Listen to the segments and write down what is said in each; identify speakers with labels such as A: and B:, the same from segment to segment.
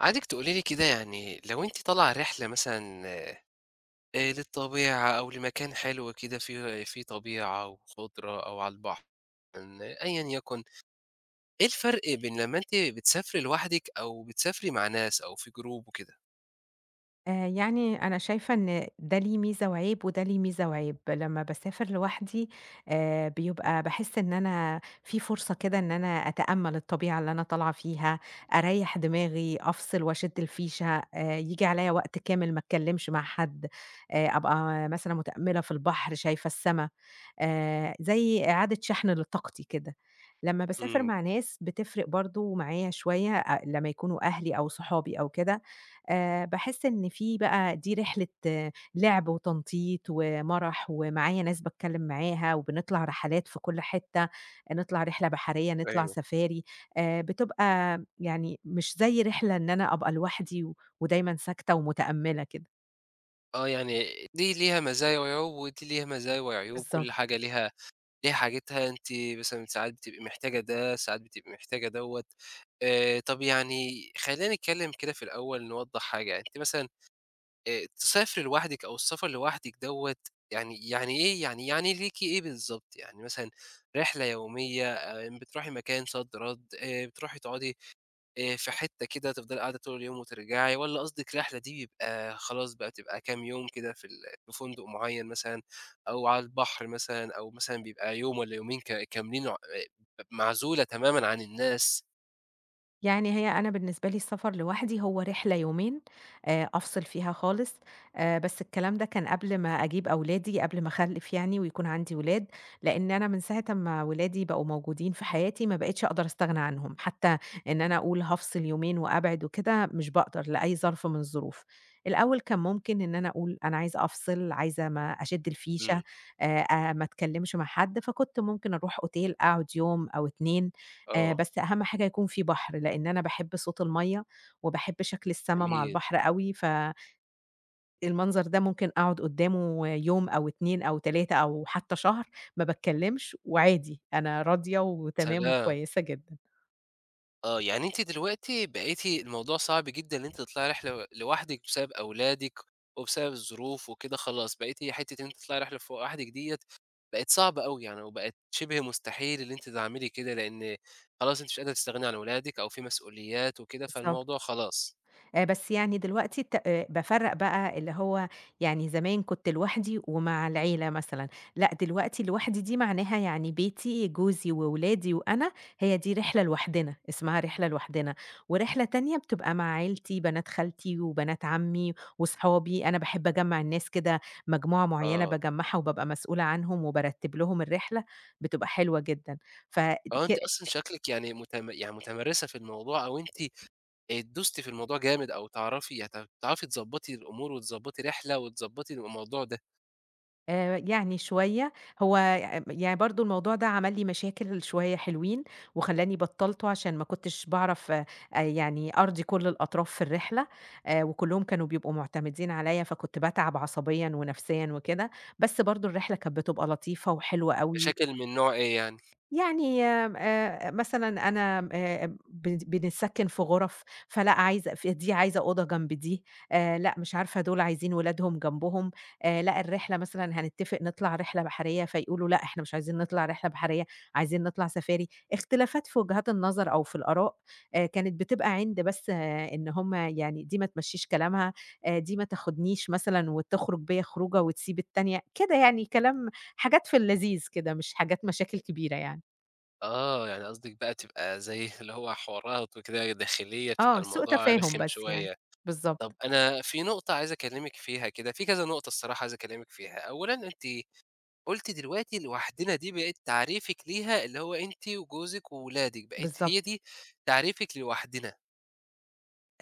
A: عايزِك تقولي لي كده، يعني لو أنتِ طالعة رحلة مثلًا للطبيعة أو لمكان حلو كده فيه طبيعة وخضرة أو على البحر، إن أيًا يكن، إيه الفرق بين لمّا أنتِ بتسافري لوحدِك أو بتسافري مع ناس أو في جروب وكده؟
B: يعني أنا شايفة إن ده ليه ميزة وعيب، وده ليه ميزة وعيب. لمّا باسافر لوحدي بيبقى باحس إن أنا في فرصة كده إن أنا أتأمَّل الطبيعة اللي أنا طالعة فيها، أريّح دماغي، أفصل وأشد الفيشة، ييجي عليّا وقت كامل ما اتكلمش مع حد، أبقى مثلًا متأمِّلة في البحر، شايفة السما، زي إعادة شحن لطاقتي كده. لمّا باسافر
A: إمم،
B: مع ناس بتفرق برضه معايا شوية، لمّا يكونوا أهلي أو صحابي أو كده. باحس إن في بقى دي رحلة آه، لعب وتنطيط ومَرَح، ومعايا ناس باتكلّم معاها، وبنطلع رحلات في كل حتّة، نطلع رحلة بحرية، نطلع
A: أيوه.
B: سفاري، بتبقى يعني مش زي رحلة إن أنا أبقى لوحدي و ودايمًا ساكتة ومتأمّلة كده.
A: آه، يعني دي ليها مزايا وعيوب ودي ليها مزايا وعيوب، كل
B: بالضبط.
A: حاجة ليها حاجتها، أنتِ مثلًا ساعات بتبقي محتاجة ده، ساعات بتبقي محتاجة دوّة. طب يعني خلّينا نتكلم كده في الأول نوضّح حاجة، أنتِ مثلًا تسافري لوحدِك أو السفر لوحدِك دوّة يعني يعني إيه؟ يعني يعني ليكِ إيه بالضبط؟ يعني مثلًا رحلة يومية، بتروحي مكان رد، بتروحي تقعدي في حتّة كده تفضلي قاعدة طول اليوم وترجعي، والّا قصدِك رحلة دي بيبقى خلاص بقى بتبقى كام يوم كده في في فندق معيّن مثلًا أو على البحر مثلًا أو مثلًا بيبقى يوم والّا يومين كاملين ع آه، معزولة تمامًا عن الناس؟
B: يعني هي أنا بالنسبة لي السفر لوحدي هو رحلة يومين أفصل فيها خالص، بس الكلام ده كان قبل ما أجيب أولادي، قبل ما أخلِّف يعني ويكون عندي ولاد، لإن أنا من ساعة أمّا ولادي بقوا موجودين في حياتي ما بقيتش أقدر أستغنى عنهم، حتى إن أنا أقول هافصل يومين وأبعد وكده مش باقدر لأي ظرف من الظروف. الأول كان ممكن إن أنا أقول أنا عايزة أفصل، عايزة ما أشِد
A: إمم،
B: الفيشة، ما أتكلمش مع حد، فكنت ممكن أروح أوتيل أقعد يوم أو 2.
A: آه،
B: بس أهم حاجة يكون في بحر، لإن أنا باحب صوت المَيّة، وباحب شكل السما مع
A: جميل،
B: البحر أوي، فالمنظر ده ممكن أقعد قدّامه يوم أو 2 أو 3 أو حتى شهر ما باتكلمش وعادي، أنا راضية وتمام
A: سلام.
B: وكويسة جدًا.
A: آه، يعني أنتِ دلوقتي بقيتِ الموضوع صعب جدًا إن أنتِ تطلعي رحلة لوحدِك بسبب أولادِك، وبسبب الظروف وكده خلاص، بقيتِ حتّة إن أنتِ تطلعي رحلة لوحدِك ديّة بقت صعبة أوي يعني، وبقت شِبه مستحيل إن أنتِ تعملي كده، لإن خلاص أنتِ مش قادرة تستغني عن ولادِك أو في مسؤوليات وكده، فالموضوع
B: بالضبط.
A: خلاص.
B: بس يعني دلوقتي بافرّق بقى اللي هو يعني زمان كنت لوحدي ومع العيلة مثلًا، لأ دلوقتي لوحدي دي معناها يعني بيتي، جوزي وولادي وأنا، هي دي رحلة لوحدنا، اسمها رحلة لوحدنا، ورحلة تانية بتبقى مع عيلتي، بنات خالتي وبنات عمي وصحابي، أنا باحب أجمّع الناس كده مجموعة معيّنة
A: آه،
B: باجمّعها وبابقى مسؤولة عنهم وبارتّب لهم الرحلة، بتبقى حلوة جدًا. فك
A: آه، أنتِ أصلًا شكلِك يعني يعني متمرسة في الموضوع أو أنتِ دوستِ في الموضوع جامد، أو تعرفي تضبّطي الأمور وتضبّطي رحلة وتضبّطي الموضوع ده.
B: يعني شوية، هو ي يعني برضه الموضوع ده عمل لي مشاكل شوية حلوين، وخلّاني بطّلته عشان ما كنتش باعرف، يعني أرضي كل الأطراف في الرحلة، وكلّهم كانوا بيبقوا معتمدين عليَّ، فكنت باتعب عصبيًا ونفسيًا وكده، بس برضه الرحلة كانت بتبقى لطيفة وحلوة أوي.
A: مشاكل من نوع إيه يعني؟
B: يعني آمم مثلًا أنا آمم بنسكِّن في غُرف، فلأ عايزة ف دي عايزة أوضة جنب دي، لأ مش عارفة دول عايزين ولادهم جنبهم، لأ الرحلة مثلًا هنتّفق نطلع رحلة بحرية، فيقولوا لأ إحنا مش عايزين نطلع رحلة بحرية، عايزين نطلع سفاري. اختلافات في وجهات النظر أو في الآراء، كانت بتبقى عِند بس آه، إن هم يعني دي ما تمشّيش كلامها، دي ما تاخدنيش مثلًا وتخرج بيّا خروجة وتسيب التانية، كده يعني كلام حاجات في اللذيذ كده، مش حاجات مشاكل كبيرة يعني.
A: آه، يعني قصدِك بقى تبقى زي اللي هو حوارات وكده داخلية، بتبقى
B: آه، سوء
A: الموضوع
B: تفاهم
A: رخم
B: بس يعني،
A: شوية. طب
B: بالضبط،
A: أنا في نقطة عايز أكلمِك فيها كده، في كذا نقطة الصراحة عايز أكلمِك فيها. أولًا أنتِ قلتِ دلوقتي لوحدنا دي بقت تعريفِك ليها، اللي هو أنتِ وجوزِك وولادِك، بقت هي
B: بالضبط.
A: دي تعريفِك لوحدنا.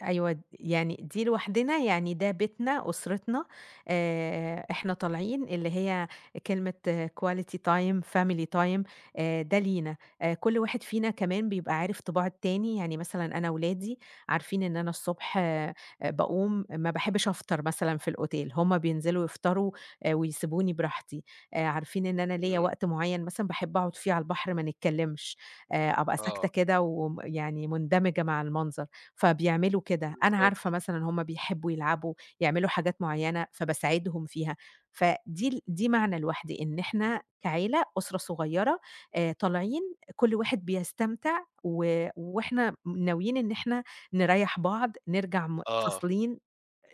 B: أيوه، يعني دي لوحدنا يعني ده بيتنا، أسرتنا، إحنا طالعين اللي هي كلمة quality time، family time، ده لينا، كل واحد فينا كمان بيبقى عارف طباع التاني، يعني مثلًا أنا ولادي عارفين إن أنا الصبح باقوم ما باحبش أفطر مثلًا في الأوتيل، هُم بينزلوا يفطروا ويسيبوني براحتي، عارفين إن أنا ليّا
A: إمم،
B: وقت معيّن مثلًا باحب أقعد فيه على البحر ما نتكلمش، أبقى
A: آه،
B: ساكتة كده يعني مندمجة مع المنظر. فبيعملوا كده، أنا عارفة
A: بالضبط،
B: مثلًا هُم بيحبّوا يلعبوا، يعملوا حاجات معيّنة، فباساعدهم فيها، فدي ال دي معنى الوحدة، إن إحنا كعيلة أسرة صغيّرة طالعين كل واحد بيستمتع و وإحنا ناويين إن إحنا نريّح بعض، نرجع
A: آه.
B: فاصلين،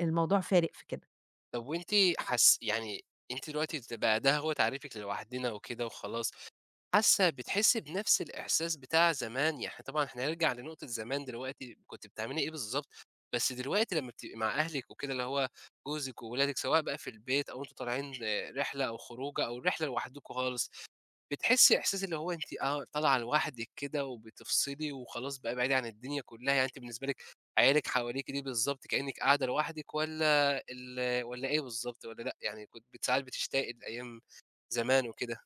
B: الموضوع فارق في كده.
A: طب وأنتِ يعني أنتِ دلوقتي بقى ده هو تعريفِك لوحدنا وكده وخلاص، بتحسّي بنفس الإحساس بتاع زمان؟ يعني طبعًا إحنا هنرجع لنقطة زمان دلوقتي كنتِ بتعملي إيه بالضبط، بس دلوقتي لمّا بتبقي مع أهلِك وكده، اللي هو جوزِك وولادِك، سواء بقى في البيت أو أنتم طالعين رحلة أو خروجة أو رحلة لوحدكم خالص، بتحسّي إحساس اللي هو أنتِ طالعة لوحدِك كده وبتفصلي وخلاص بقى بعيدة عن الدنيا كلّها، يعني أنتِ بالنسبة لِك عيالِك حواليكِ دي بالضبط كإنِّك قاعدة لوحدِك والّا إيه بالضبط والّا لأ؟ يعني كنتِ ساعات بتشتاقي لأيام زمان وكده؟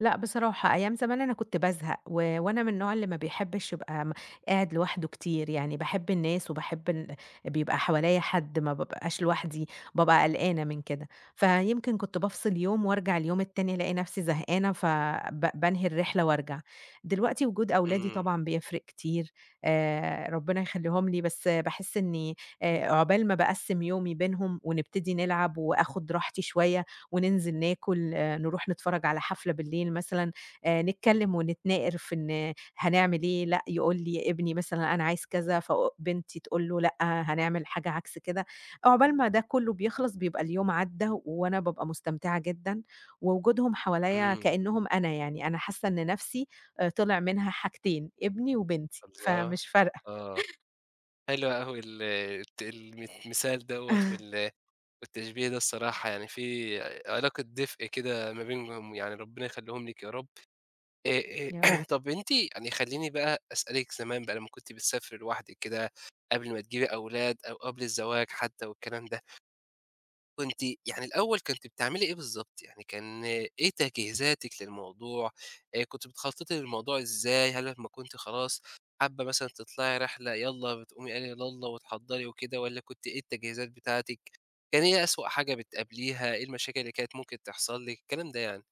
B: لأ بصراحة، أيام زمان أنا كنت بازهق، و وأنا من النوع اللي ما بيحبش يبقى قاعد لوحده كتير، يعني باحب الناس وباحب بيبقى حواليّا حد، ما بابقاش لوحدي، بابقى قلقانة من كده، فيمكن كنت بافصل يوم وارجع اليوم التاني ألاقي نفسي زهقانة، بانهي الرحلة وارجع. دلوقتي وجود أولادي
A: إمم،
B: طبعًا بيفرق كتير، ربنا يخليهم لي، بس باحس إني عقبال ما باقسّم يومي بينهم ونبتدي نلعب وآخد راحتي شوية وننزل ناكل، نروح نتفرّج على حفلة بالليل مثلًا، نتكلّم ونتناقر في إن هنعمل إيه، لأ يقول لي ابني مثلًا أنا عايز كذا، بنتي تقول له لأ هنعمل حاجة عكس كده، عقبال ما ده كلّه بيخلص بيبقى اليوم عدّى وأنا بابقى مستمتعة جدًا، ووجودهم حواليّا
A: إمم.
B: كإنّهم أنا يعني، أنا حاسّة إن نَفْسي طلع منها حاجتين، ابني وبنتي،
A: الله!
B: فمش فارقة.
A: آه، حلو أوي ال الت المثال دوّة والتشبيه ده، الصراحة يعني في علاقة دفء كده ما بينهم، يعني ربنا يخليهم لِك يا رب. آآ،
B: يا رب.
A: آآ طب أنتِ يعني خلّيني بقى أسألِك زمان بقى لمّا كنتِ بتسافري لوحدِك كده، قبل ما تجيبي أولاد أو قبل الزواج حتى والكلام ده. كنتِ يعني الأول كنتِ بتعملي إيه بالضبط؟ يعني كان إيه تجهيزاتِك للموضوع؟ كنتِ بتخططي للموضوع إزاي؟ هل لمّا كنتِ خلاص حابة مثلًا تطلعي رحلة يالّا بتقومي قايلة يالّا وتحضّري وكده، والّا كنتِ إيه التجهيزات بتاعتِك؟ كان إيه أسوأ حاجة بتقابليها؟ إيه المشاكل اللي كانت ممكن تحصل لِك؟ الكلام ده يعني.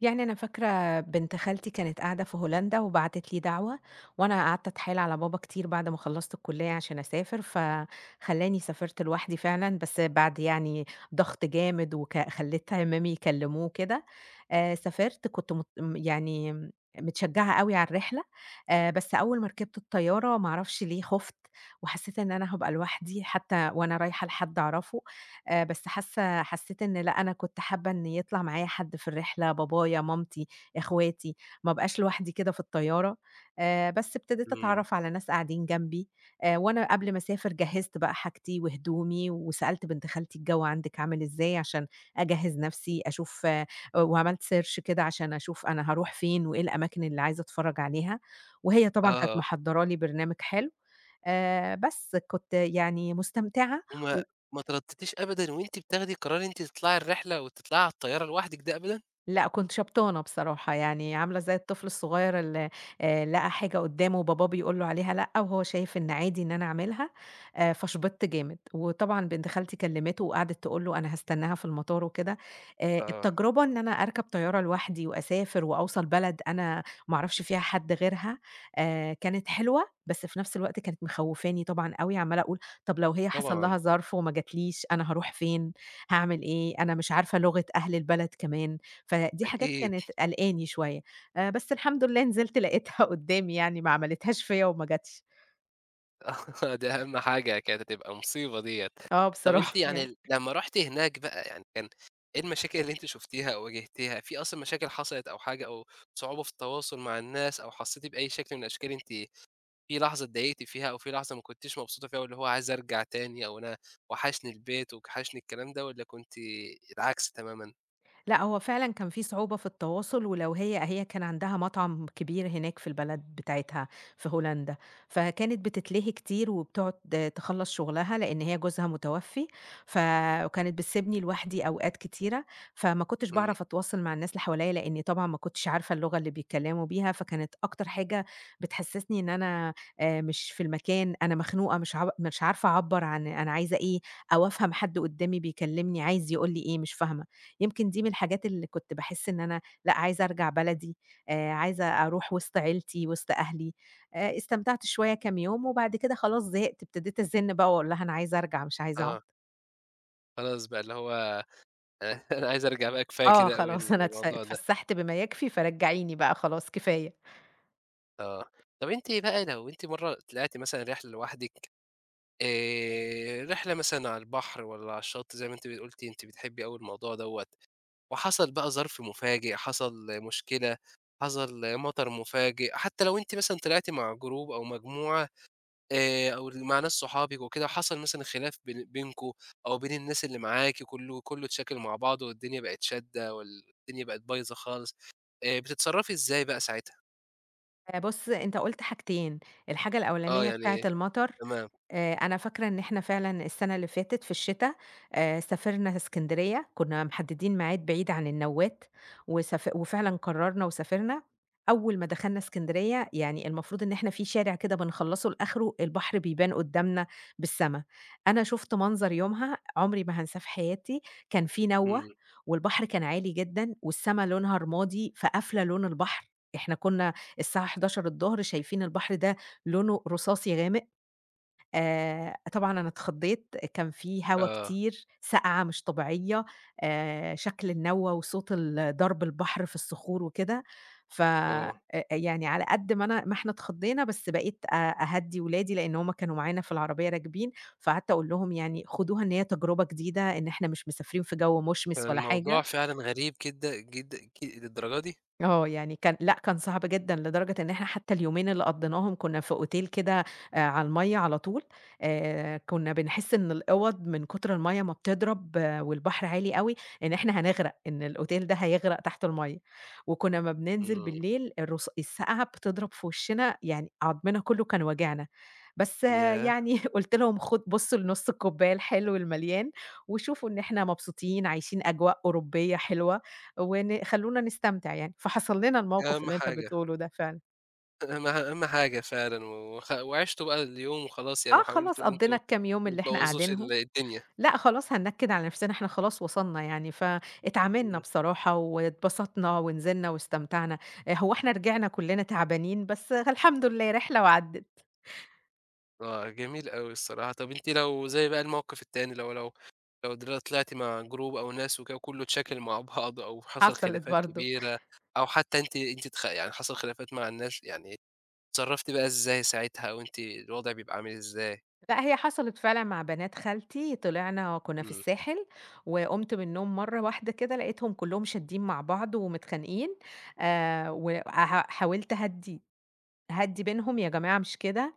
B: يعني أنا فاكرة بنت خالتي كانت قاعدة في هولندا وبعتت لي دعوة، وأنا قعدت أتحايل على بابا كتير بعد ما خلّصت الكلية عشان أسافر، فخلّاني سافرت لوحدي فعلًا، بس بعد يعني ضغط جامد خلّيت عمامي يكلموه وكده. سافرت كنت مت م يعني متشجعة أوي على الرحلة، بس أول ما ركبت الطيارة ما أعرفش ليه خُفت، وحسيت إن أنا هابقى لوحدي حتى وأنا رايحة لحد أعرفه. بس حسّيت إن لأ، أنا كنت حابة إن يطلع معايا حد في الرحلة، بابايا، مامتي، إخواتي، ما أبقاش لوحدي كده في الطيارة. بس ابتديت
A: إمم.
B: أتعرّف على ناس قاعدين جنبي، وأنا قبل ما أسافر جهّزت بقى حاجتي وهدومي، وسألت بنت خالتي الجو عندِك عامل إزاي عشان أجهّز نَفْسي، أشوف آه، وعملت search كده عشان أشوف أنا هاروح فين وإيه الأماكن اللي عايزة أتفرّج عليها، وهي طبعًا كانت
A: آه.
B: محضّرة لي برنامج حلو. بس كنت يعني مستمتعة.
A: وما
B: و
A: ما تردّدتيش أبدًا وأنتِ بتاخدي قرار إن أنتِ تطلعي الرحلة وتطلعي على الطيارة لوحدِك ده أبدًا؟
B: لأ، كنت شبطانة بصراحة، يعني عاملة زي الطفل الصغير اللي لقى حاجة قدّامه وباباه بيقول له عليها لأ، وهو شايف إن عادي إن أنا أعملها، فشبطت جامد، وطبعًا بنت خالتي كلمته وقعدت تقول له أنا هاستناها في المطار وكده،
A: آه.
B: التجربة إن أنا أركب طيارة لوحدي وأسافر وأوصل بلد أنا ما أعرفش فيها حد غيرها، كانت حلوة، بس في نفس الوقت كانت مخوّفاني طبعًا أوي، عمّالة أقول طب لو هي حصل
A: طبعًا.
B: لها ظرف وما جاتليش، أنا هاروح فين، هاعمل إيه، أنا مش عارفة لغة أهل البلد كمان. فدي حاجات
A: أكيد.
B: كانت قلقاني شوية، بس الحمد لله نزلت لقيتها قدّامي يعني ما عملتهاش فيّا وما جاتش.
A: آه، دي أهم حاجة، كانت هتبقى مصيبة ديّة.
B: آه
A: طب أنتِ
B: بصراحة يعني.
A: يعني لمّا رُحتِ هناك بقى، يعني كان إيه المشاكل اللي أنتِ شُفتيها أو واجهتيها؟ في أصلًا مشاكل حصلت، أو حاجة أو صعوبة في التواصل مع الناس، أو حسّيتِ بأي شكل من الأشكال أنتِ في لحظة اتضايقتِ فيها، أو في لحظة ما كنتيش مبسوطة فيها، واللي هو عايزة أرجع تاني، أو أنا وحشني البيت وحشني الكلام ده، والّا كنتِ العكس تمامًا؟
B: لأ، هو فعلًا كان في صعوبة في التواصل، ولو هي كان عندها مطعم كبير هناك في البلد بتاعتها في هولندا، فكانت بتتلهي كتير وبتقعد تخلّص شغلها، لإن هي جوزها متوفي، ف وكانت بتسيبني لوحدي أوقات كتيرة، فما كنتش
A: إمم،
B: باعرف أتواصل مع الناس اللي حواليّا، لإني طبعًا ما كنتش عارفة اللغة اللي بيتكلموا بيها، فكانت أكتر حاجة بتحسسني إن أنا مش في المكان، أنا مخنوقة مش عارفة أعبّر عن أنا عايزة إيه، أو أفهم حد قدامي بيكلمني عايز يقول لي إيه، مش فاهمة. يمكن دي من الحاجات اللي كنت باحس إن أنا لأ، عايزة أرجع بلدي، عايزة أروح وسط عيلتي، وسط أهلي. استمتعت شوية كام يوم، وبعد كده خلاص زهقت، ابتديت أزِّن بقى وأقول لها أنا عايزة أرجع مش عايزة أقعد.
A: آه، خلاص بقى اللي هو أنا عايزة أرجع بقى، كفاية
B: آه،
A: كده أوي
B: خلاص أنا
A: الموضوع ده.
B: اتفسحت بما يكفي، فرجعيني بقى خلاص كفاية.
A: آه. طب أنتِ بقى لو أنتِ مرّة طلعتِ مثلًا رحلة لوحدِك، رحلة مثلًا على البحر والّا على الشط زي ما أنتِ قُلتِ، أنتِ بتحبي أوي الموضوع دوّة، وحصل بقى ظرف مفاجئ، حصل مشكلة، حصل مطر مفاجئ، حتى لو أنتِ مثلًا طلعتِ مع جروب أو مجموعة، أو مع ناس صحابِك وكده، وحصل مثلًا خلاف بينكم أو بين الناس اللي معاكِ، كله اتشاكل مع بعضه، والدنيا بقت شادة والدنيا بقت بايظة خالص، بتتصرّفي إزاي بقى ساعتها؟
B: بُص، أنت قُلت حاجتين، الحاجة
A: آه،
B: الأولانية بتاعة
A: يعني
B: المطر.
A: تمام،
B: أنا فاكرة إن إحنا فعلًا السَنة اللي فاتت في الشتا سافرنا إسكندرية، كُنّا محدّدين ميعاد بعيد عن النوّات وفعلًا قرّرنا وسافرنا، أول ما دخلنا إسكندرية يعني المفروض إن إحنا في شارع كده بنخلّصه لآخره البحر بيبان قُدّامنا بالسما، أنا شُفت منظر يومها عمري ما هانساه في حياتي، كان في
A: إمم،
B: نوّة والبحر كان عالي جدًا والسما لونها رمادي فقافلة لون البحر، إحنا كُنّا الساعة 11:00 شايفين البحر ده لونه رصاصي غامق. طبعًا أنا اتخضّيت، كان في هوا
A: آه،
B: كتير، سقعة مش طبيعية، شكل النوّة وصوت ضرب البحر في الصخور وكده، ف أ
A: آه.
B: يعني على قد ما أنا ما إحنا اتخضّينا، بس بقيت أهدّي ولادي، لإن هُم كانوا معانا في العربية راكبين، فقعدت أقول لهم يعني خدوها إن هي تجربة جديدة، إن إحنا مش مسافرين في جو
A: كان
B: مشمس ولا
A: الموضوع
B: حاجة.
A: فعلًا غريب جدًا، جدًا للدرجة دي؟
B: آه، يعني كان لأ، كان صعب جدًا لدرجة إن إحنا حتى اليومين اللي قضّيناهم كُنّا في أوتيل كده على المَيّة على طول، كُنّا بنحس إن الأوَض من كتر المَيّة ما بتضرب آه، والبحر عالي أوي، إن إحنا هنغرق، إن الأوتيل ده هيغرق تحت المَيّة، وكُنّا أمّا بننزل
A: إمم،
B: بالليل السقعة بتضرب في وشّنا، يعني عضمنا كُلّه كان واجعنا. بس آه،
A: ياه!
B: يعني قُلت لهم خد بُصّوا لنُص الكوباية الحلو المليان، وشوفوا إن إحنا مبسوطين عايشين أجواء أوروبية حلوة، خلّونا نستمتع يعني، فحصل لنا الموقف
A: أهم
B: اللي أنت
A: حاجة
B: بتقوله ده فعلًا.
A: أهم أهم حاجة فعلًا، و وخ وعِشتوا بقى اليوم وخلاص يعني،
B: آه خلاص
A: وحاولتوا اللي
B: قضّينا
A: أنتم
B: الكام يوم
A: ما
B: اللي إحنا
A: تبوّظوش
B: قاعدينهم،
A: الدنيا،
B: لأ خلاص هننكد على نفسنا إحنا خلاص وصلنا يعني، فاتعاملنا
A: إمم،
B: بصراحة واتبسطنا ونزلنا واستمتعنا، آه، هو إحنا رجعنا كلنا تعبانين بس الحمد لله رحلة وعدِّت،
A: آه، جميل أوي الصراحة. طَب أنتِ لو زي بقى الموقف التاني، لو لو لو دل طلعتِ مع group أو ناس وكده، وكلّه اتشاكل مع بعض أو حصل
B: حصلت
A: خلافات
B: برضه.
A: كبيرة، أو حتى أنتِ أنتِ اتخ يعني حصل خلافات مع الناس، يعني اتصرّفتِ بقى إزاي ساعتها، أو أنتِ الوضع بيبقى عامل إزاي؟
B: لأ، هي حصلت فعلًا مع بنات خالتي، طلعنا كنا في
A: إمم،
B: الساحل، وقُمت من النوم مرّة واحدة كده لقيتهم كلّهم شادين مع بعض ومتخانقين، وح حاولت أهدّي بينهم، "يا جماعة مش كده."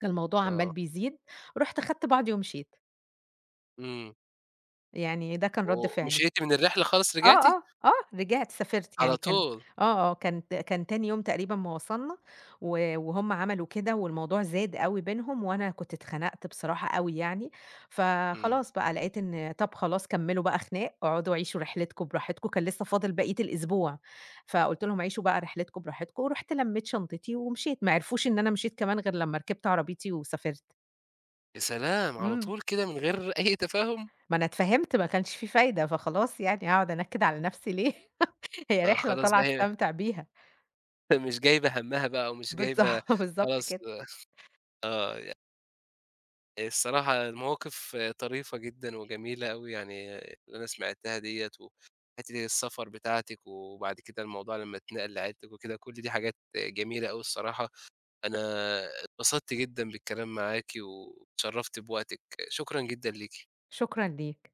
B: كان الموضوع عمّال
A: آه،
B: بيزيد، رُحت خدت بعضي ومشيت،
A: إمم.
B: يعني ده كان رَد فعلي.
A: ومشيتِ من الرحلة خالص
B: آه،
A: رجعتِ؟
B: آه، آه، رجعت سافرت
A: على
B: يعني كان
A: طول،
B: آه، آه، كان تاني يوم تقريبًا ما وصلنا، و وهُم عملوا كده والموضوع زاد أوي بينهم، وأنا كنت اتخنقت بصراحة أوي يعني،
A: إمم،
B: فخلاص بقى لقيت إن طَب خلاص كمّلوا بقى خناق، اقعدوا عيشوا رحلتكم براحتكم، كان لسه فاضل بقية الأسبوع، فقُلت لهم عيشوا بقى رحلتكم براحتكم، ورُحت لمّيت شنطتي ومشيت، ما عرفوش إن أنا مشيت كمان غير لمّا ركبت عربيتي وسافرت،
A: يا سلام! على
B: إمم،
A: طول كده من غير أي تفاهم؟
B: ما أنا اتفهمت ما كانش في فايدة، فخلاص يعني هاقعد أنكد على نفسي ليه؟ هي
A: آه،
B: رحلة
A: خلاص
B: طالعة
A: بقى هي
B: استمتع بيها.
A: مش جايبة همّها بقى ومش جايبة
B: بالضبط، بالضبط
A: خلاص.
B: كده.
A: آه، الصراحة مواقف طريفة جدًا وجميلة أوي يعني اللي أنا سمعتها ديّة، وحتّة السفر بتاعتِك وبعد كده الموضوع لمّا اتنقل لعيلتِك وكده، كل دي حاجات جميلة أوي الصراحة. أنا اتبسطت جدًا بالكلام معاكِ واتشرّفت بوقتِك، شكرًا جدًا ليكِ.
B: شكرًا ليك.